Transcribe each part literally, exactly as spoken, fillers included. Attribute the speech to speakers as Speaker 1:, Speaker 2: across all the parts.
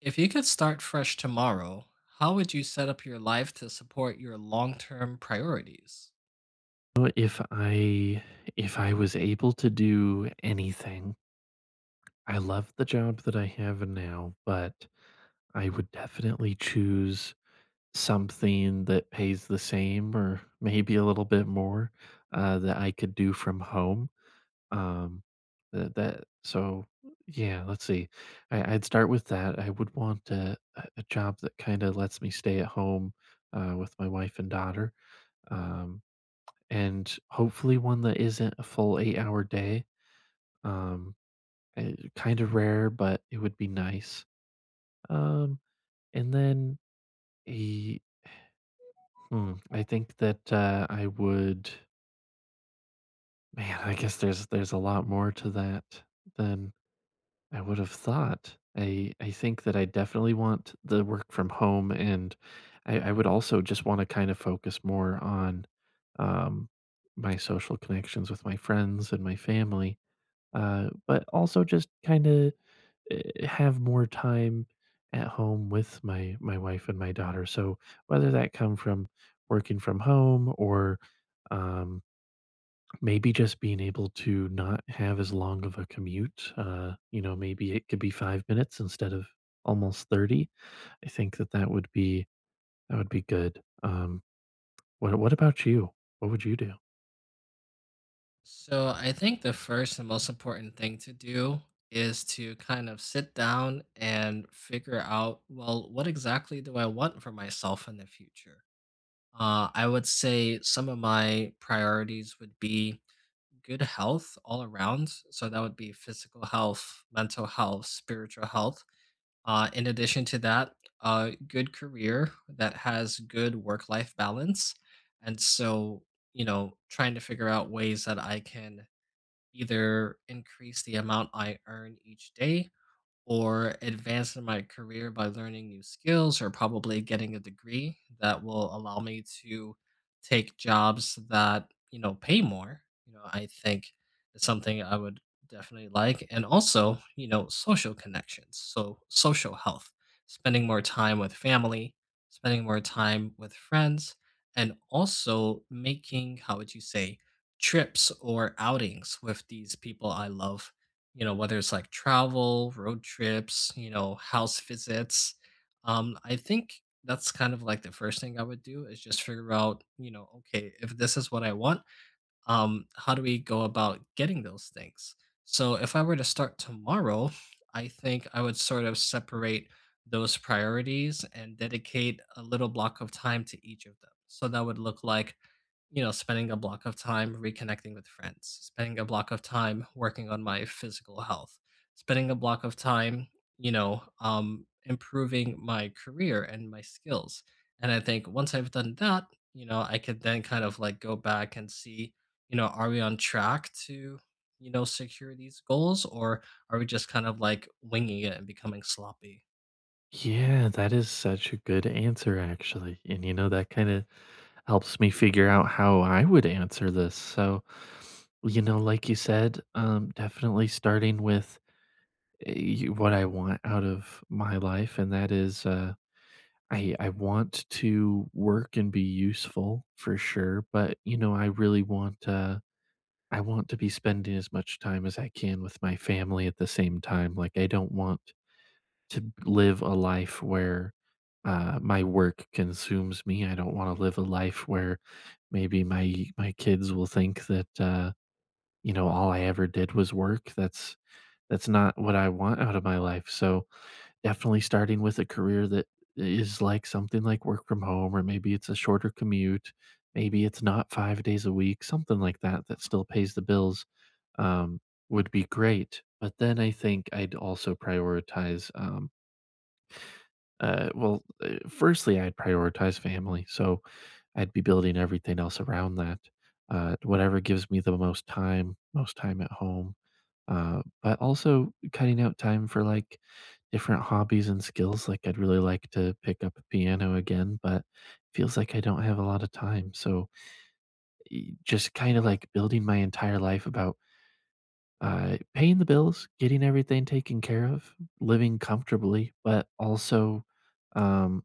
Speaker 1: If you could start fresh tomorrow, how would you set up your life to support your long term priorities?
Speaker 2: Well, if I if I was able to do anything, I love the job that I have now, but I would definitely choose something that pays the same or maybe a little bit more uh, that I could do from home. Um, that, that so Yeah, let's see. I, I'd start with that. I would want a, a a job that kind of lets me stay at home uh, with my wife and daughter. Um, and hopefully one that isn't a full eight-hour day, um, eh, kinda rare, but it would be nice. Um, and then a hmm, I think that, uh, I would man, I guess there's there's a lot more to that than I would have thought. I I think that I definitely want the work from home, and I I would also just wanna kind of focus more on, um, my social connections with my friends and my family. Uh, but also just kind of have more time at home with my my wife and my daughter. So whether that come from working from home or um, maybe just being able to not have as long of a commute, uh, you know, maybe it could be five minutes instead of almost thirty. I think that that would be that would be good. Um, what what about you? What would you do?
Speaker 1: So, I think the first and most important thing to do is to kind of sit down and figure out, well, what exactly do I want for myself in the future? Uh, I would say some of my priorities would be good health all around. So, that would be physical health, mental health, spiritual health. Uh, in addition to that, a good career that has good work life balance. And so, you know, trying to figure out ways that I can either increase the amount I earn each day or advance in my career by learning new skills or probably getting a degree that will allow me to take jobs that, you know, pay more. You know, I think it's something I would definitely like, and also, you know, social connections, so social health, spending more time with family, spending more time with friends, and also making, how would you say, trips or outings with these people I love, you know, whether it's like travel, road trips, you know, house visits. Um, I think that's kind of like the first thing I would do, is just figure out, you know, okay, if this is what I want, um, how do we go about getting those things? So if I were to start tomorrow, I think I would sort of separate those priorities and dedicate a little block of time to each of them. So that would look like, you know, spending a block of time reconnecting with friends, spending a block of time working on my physical health, spending a block of time, you know, um, improving my career and my skills. And I think once I've done that, you know, I could then kind of like go back and see, you know, are we on track to, you know, secure these goals, or are we just kind of like winging it and becoming sloppy?
Speaker 2: Yeah, that is such a good answer, actually. And, you know, that kind of helps me figure out how I would answer this. So, you know, like you said, um, definitely starting with uh, y- what I want out of my life, and that is, uh, I I want to work and be useful for sure, but you know, I really want uh, I want to be spending as much time as I can with my family at the same time. Like, I don't want to live a life where uh, my work consumes me. I don't want to live a life where maybe my my kids will think that uh, you know all I ever did was work. That's that's not what I want out of my life. So definitely starting with a career that is like something like work from home, or maybe it's a shorter commute, maybe it's not five days a week, something like that that still pays the bills um, would be great. But then I think I'd also prioritize um, uh, well, uh, firstly, I'd prioritize family, so I'd be building everything else around that. Uh, whatever gives me the most time, most time at home. Uh, but also cutting out time for like different hobbies and skills. Like I'd really like to pick up piano again, but feels like I don't have a lot of time. So just kind of like building my entire life about uh, paying the bills, getting everything taken care of, living comfortably, but also um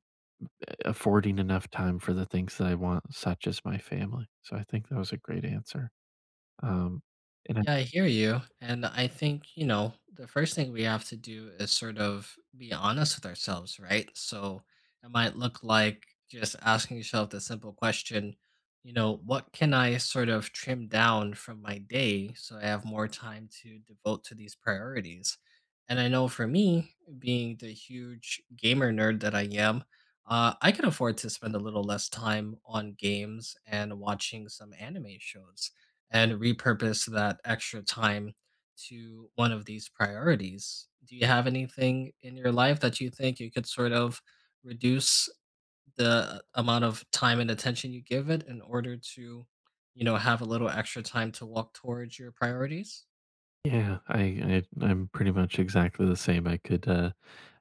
Speaker 2: affording enough time for the things that I want, such as my family. So I think that was a great answer. Um, and I,
Speaker 1: Yeah, I hear you. And I think, you know, the first thing we have to do is sort of be honest with ourselves, right? So it might look like just asking yourself the simple question, you know, what can I sort of trim down from my day so I have more time to devote to these priorities? And I know for me, being the huge gamer nerd that I am, uh, I can afford to spend a little less time on games and watching some anime shows, and repurpose that extra time to one of these priorities. Do you have anything in your life that you think you could sort of reduce the amount of time and attention you give it in order to, you know, have a little extra time to walk towards your priorities?
Speaker 2: yeah, I, I I'm pretty much exactly the same. I could uh,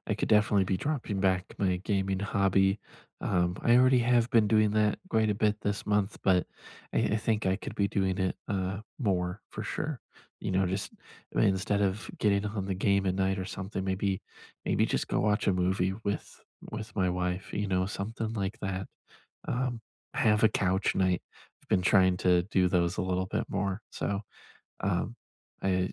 Speaker 2: I could definitely be dropping back my gaming hobby. Um, I already have been doing that quite a bit this month, but I, I think I could be doing it uh, more for sure. You know, just I mean, instead of getting on the game at night or something, maybe maybe just go watch a movie with with my wife. You know, something like that. Um, have a couch night. I've been trying to do those a little bit more. So um, I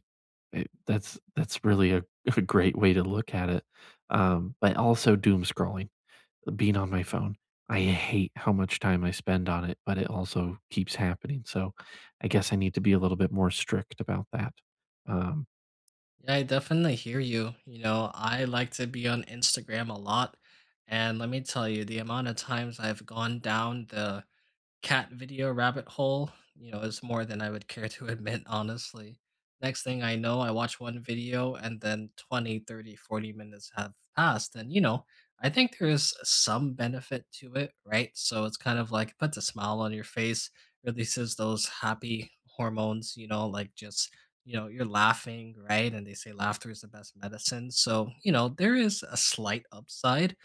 Speaker 2: it that's that's really a a great way to look at it, um, but also doom scrolling, being on my phone. I hate how much time I spend on it, but it also keeps happening, so I guess I need to be a little bit more strict about that. Um,
Speaker 1: Yeah, I definitely hear you. You know, I like to be on Instagram a lot. And let me tell you, the amount of times I've gone down the cat video rabbit hole, you know, is more than I would care to admit, honestly. Next thing I know, I watch one video and then twenty, thirty, forty minutes have passed. And, you know, I think there is some benefit to it, right? So it's kind of like puts a smile on your face, releases those happy hormones, you know, like just, you know, you're laughing, right? And they say laughter is the best medicine. So, you know, there is a slight upside,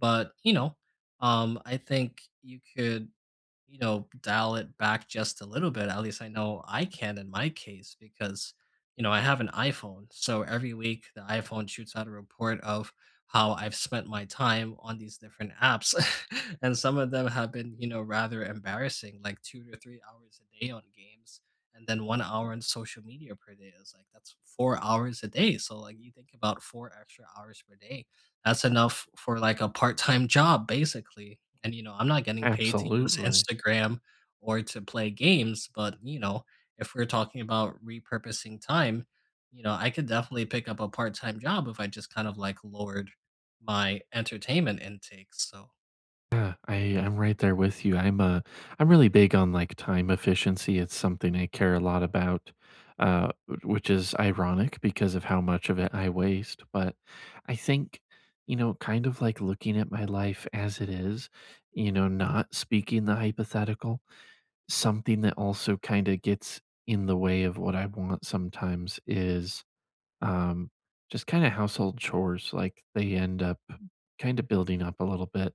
Speaker 1: but, you know, um, I think you could, you know, dial it back just a little bit. At least I know I can in my case because, you know, I have an iPhone. So every week the iPhone shoots out a report of how I've spent my time on these different apps. And some of them have been, you know, rather embarrassing, like two to three hours a day on games, and then one hour on social media per day. It's like that's four hours a day. So like you think about four extra hours per day. That's enough for like a part-time job, basically. And, you know, I'm not getting paid to use
Speaker 2: Absolutely.
Speaker 1: Instagram or to play games, but, you know, if we're talking about repurposing time, you know, I could definitely pick up a part time job if I just kind of like lowered my entertainment intake. So,
Speaker 2: Yeah, I I'm right there with you. I'm uh I'm really big on like time efficiency. It's something I care a lot about, uh, wh- which is ironic because of how much of it I waste. But I think, you know, kind of like looking at my life as it is, you know, not speaking the hypothetical, something that also kind of gets in the way of what I want sometimes is um, just kind of household chores. Like they end up kind of building up a little bit,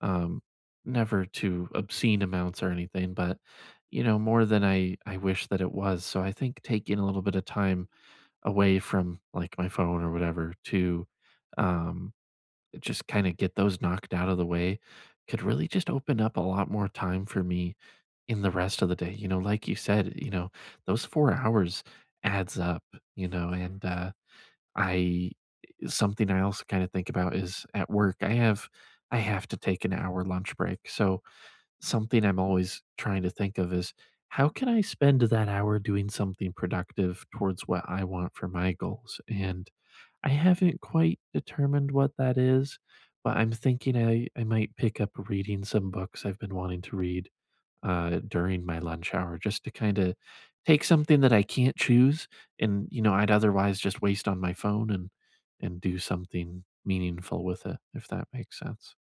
Speaker 2: um, never to obscene amounts or anything, but you know more than I I wish that it was. So I think taking a little bit of time away from like my phone or whatever to um, just kind of get those knocked out of the way could really just open up a lot more time for me in the rest of the day. You know, like you said, you know those four hours adds up. You know, and uh, I something I also kinda think about is at work, I have I have to take an hour lunch break, so something I'm always trying to think of is, how can I spend that hour doing something productive towards what I want for my goals? And I haven't quite determined what that is, but I'm thinking I I might pick up reading some books I've been wanting to read uh, during my lunch hour just to kind of take something that I can't choose and you know I'd otherwise just waste on my phone and and do something meaningful with it if that makes sense.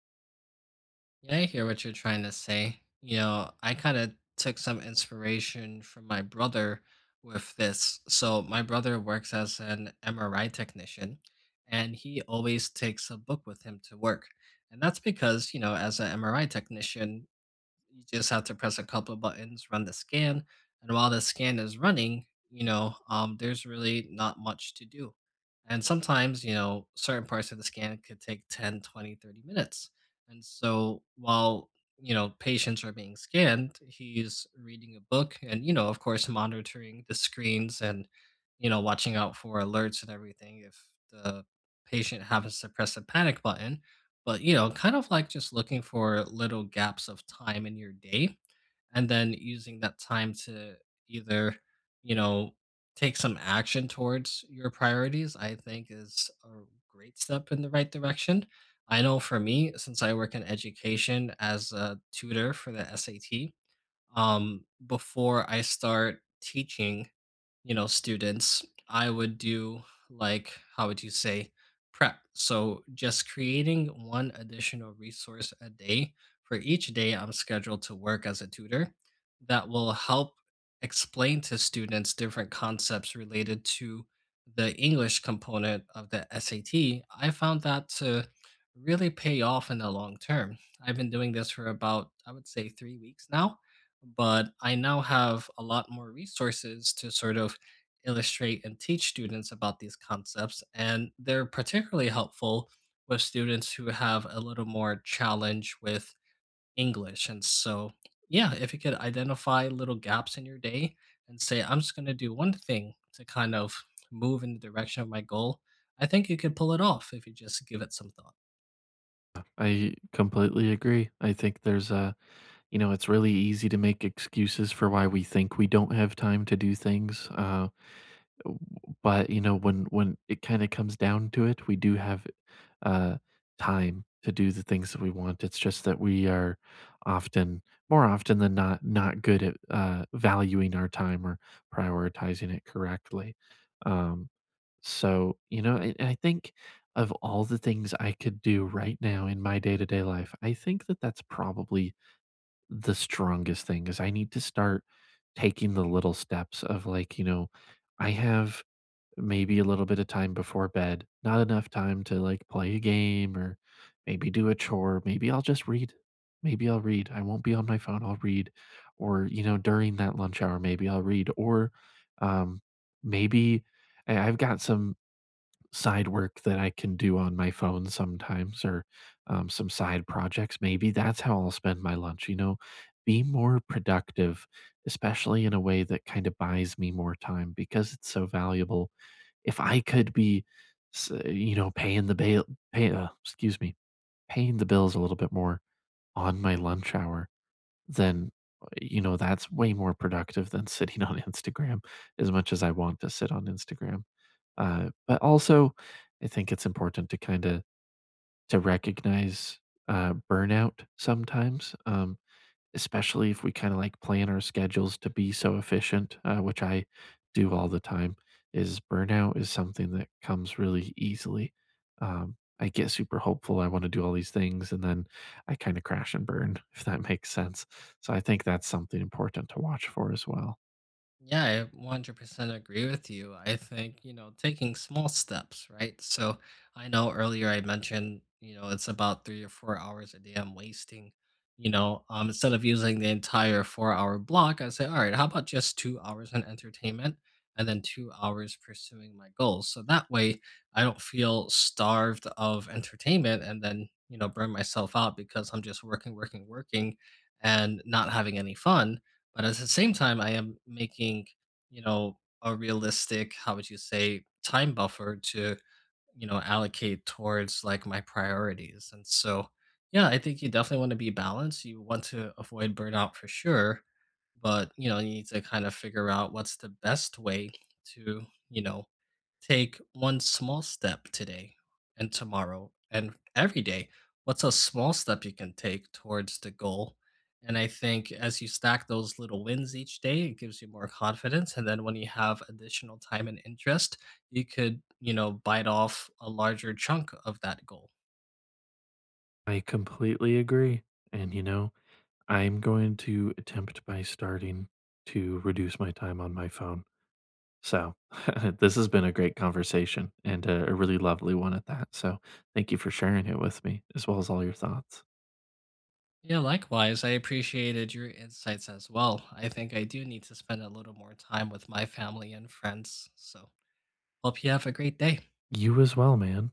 Speaker 1: yeah, I hear what you're trying to say. You know, I kind of took some inspiration from my brother with this. So, my brother works as an M R I technician, and he always takes a book with him to work. And that's because, you know, as an M R I technician, you just have to press a couple of buttons, run the scan, and while the scan is running, you know, um, there's really not much to do. And sometimes, you know, certain parts of the scan could take ten, twenty, thirty minutes. And so while, you know, patients are being scanned, he's reading a book and, you know, of course, monitoring the screens and, you know, watching out for alerts and everything if the patient happens to press the panic button. But, you know, kind of like just looking for little gaps of time in your day, and then using that time to either, you know, take some action towards your priorities, I think is a great step in the right direction. I know for me, since I work in education as a tutor for the SAT, um, before I start teaching, you know, students, I would do, like, how would you say, prep. So just creating one additional resource a day for each day I'm scheduled to work as a tutor that will help explain to students different concepts related to the English component of the S A T. I found that to really pay off in the long term. I've been doing this for about, I would say, three weeks now, but I now have a lot more resources to sort of illustrate and teach students about these concepts. And they're particularly helpful with students who have a little more challenge with English. And so, yeah, if you could identify little gaps in your day and say, I'm just going to do one thing to kind of move in the direction of my goal, I think you could pull it off if you just give it some thought.
Speaker 2: I completely agree. I think there's a you know it's really easy to make excuses for why we think we don't have time to do things. Uh, but, you know, when when it kinda comes down to it, we do have, uh, time to do the things that we want. It's just that we are often more often than not, not good at, uh, valuing our time or prioritizing it correctly. Um, so, you know, and and I think of all the things I could do right now in my day-to-day life, I think that that's probably the strongest thing is I need to start taking the little steps of, like, you know, I have maybe a little bit of time before bed, not enough time to like play a game or maybe do a chore. Maybe I'll just read. Maybe I'll read. I won't be on my phone. I'll read. Or, you know, during that lunch hour, maybe I'll read. Or um, maybe I- I've got some side work that I can do on my phone sometimes or um, some side projects. Maybe that's how I'll spend my lunch, you know, be more productive, especially in a way that kind of buys me more time because it's so valuable if I could be, s- you know, paying the bail, pay, uh, excuse me, paying the bills a little bit more on my lunch hour, then uh, you know that's way more productive than sitting on Instagram. As much as I want to sit on Instagram, uh, but also I think it's important to kind of to recognize uh, burnout sometimes. Um, Especially if we kinda, like, plan our schedules to be so efficient, uh, which I do all the time, is burnout is something that comes really easily. Um, I get super hopeful, I wanna do all these things, and then I kinda crash and burn, if that makes sense. So I think that's something important to watch for as well.
Speaker 1: Yeah, I one hundred percent agree with you. I think, you know, taking small steps, right? So I know earlier I mentioned, you know, it's about three or four hours a day I'm wasting, you know, um, instead of using the entire four hour block, I say, all right, how about just two hours in entertainment and then two hours pursuing my goals? So that way I don't feel starved of entertainment and then, you know, burn myself out because I'm just working, working, working and not having any fun, but at the same time, I am making, you know, a realistic, how would you say, time buffer to, you know, allocate towards like my priorities. And so, yeah, I think you definitely want to be balanced. You want to avoid burnout for sure, but, you know, you need to kind of figure out what's the best way to, you know, take one small step today and tomorrow and every day. What's a small step you can take towards the goal? And I think as you stack those little wins each day, it gives you more confidence. And then when you have additional time and interest, you could, you know, bite off a larger chunk of that goal.
Speaker 2: I completely agree, and, you know, I'm going to attempt by starting to reduce my time on my phone. So, this has been a great conversation and a, a really lovely one at that. So, thank you for sharing it with me, as well as all your thoughts.
Speaker 1: Yeah, likewise, I appreciated your insights as well. I think I do need to spend a little more time with my family and friends. So, hope you have a great day.
Speaker 2: You as well, man.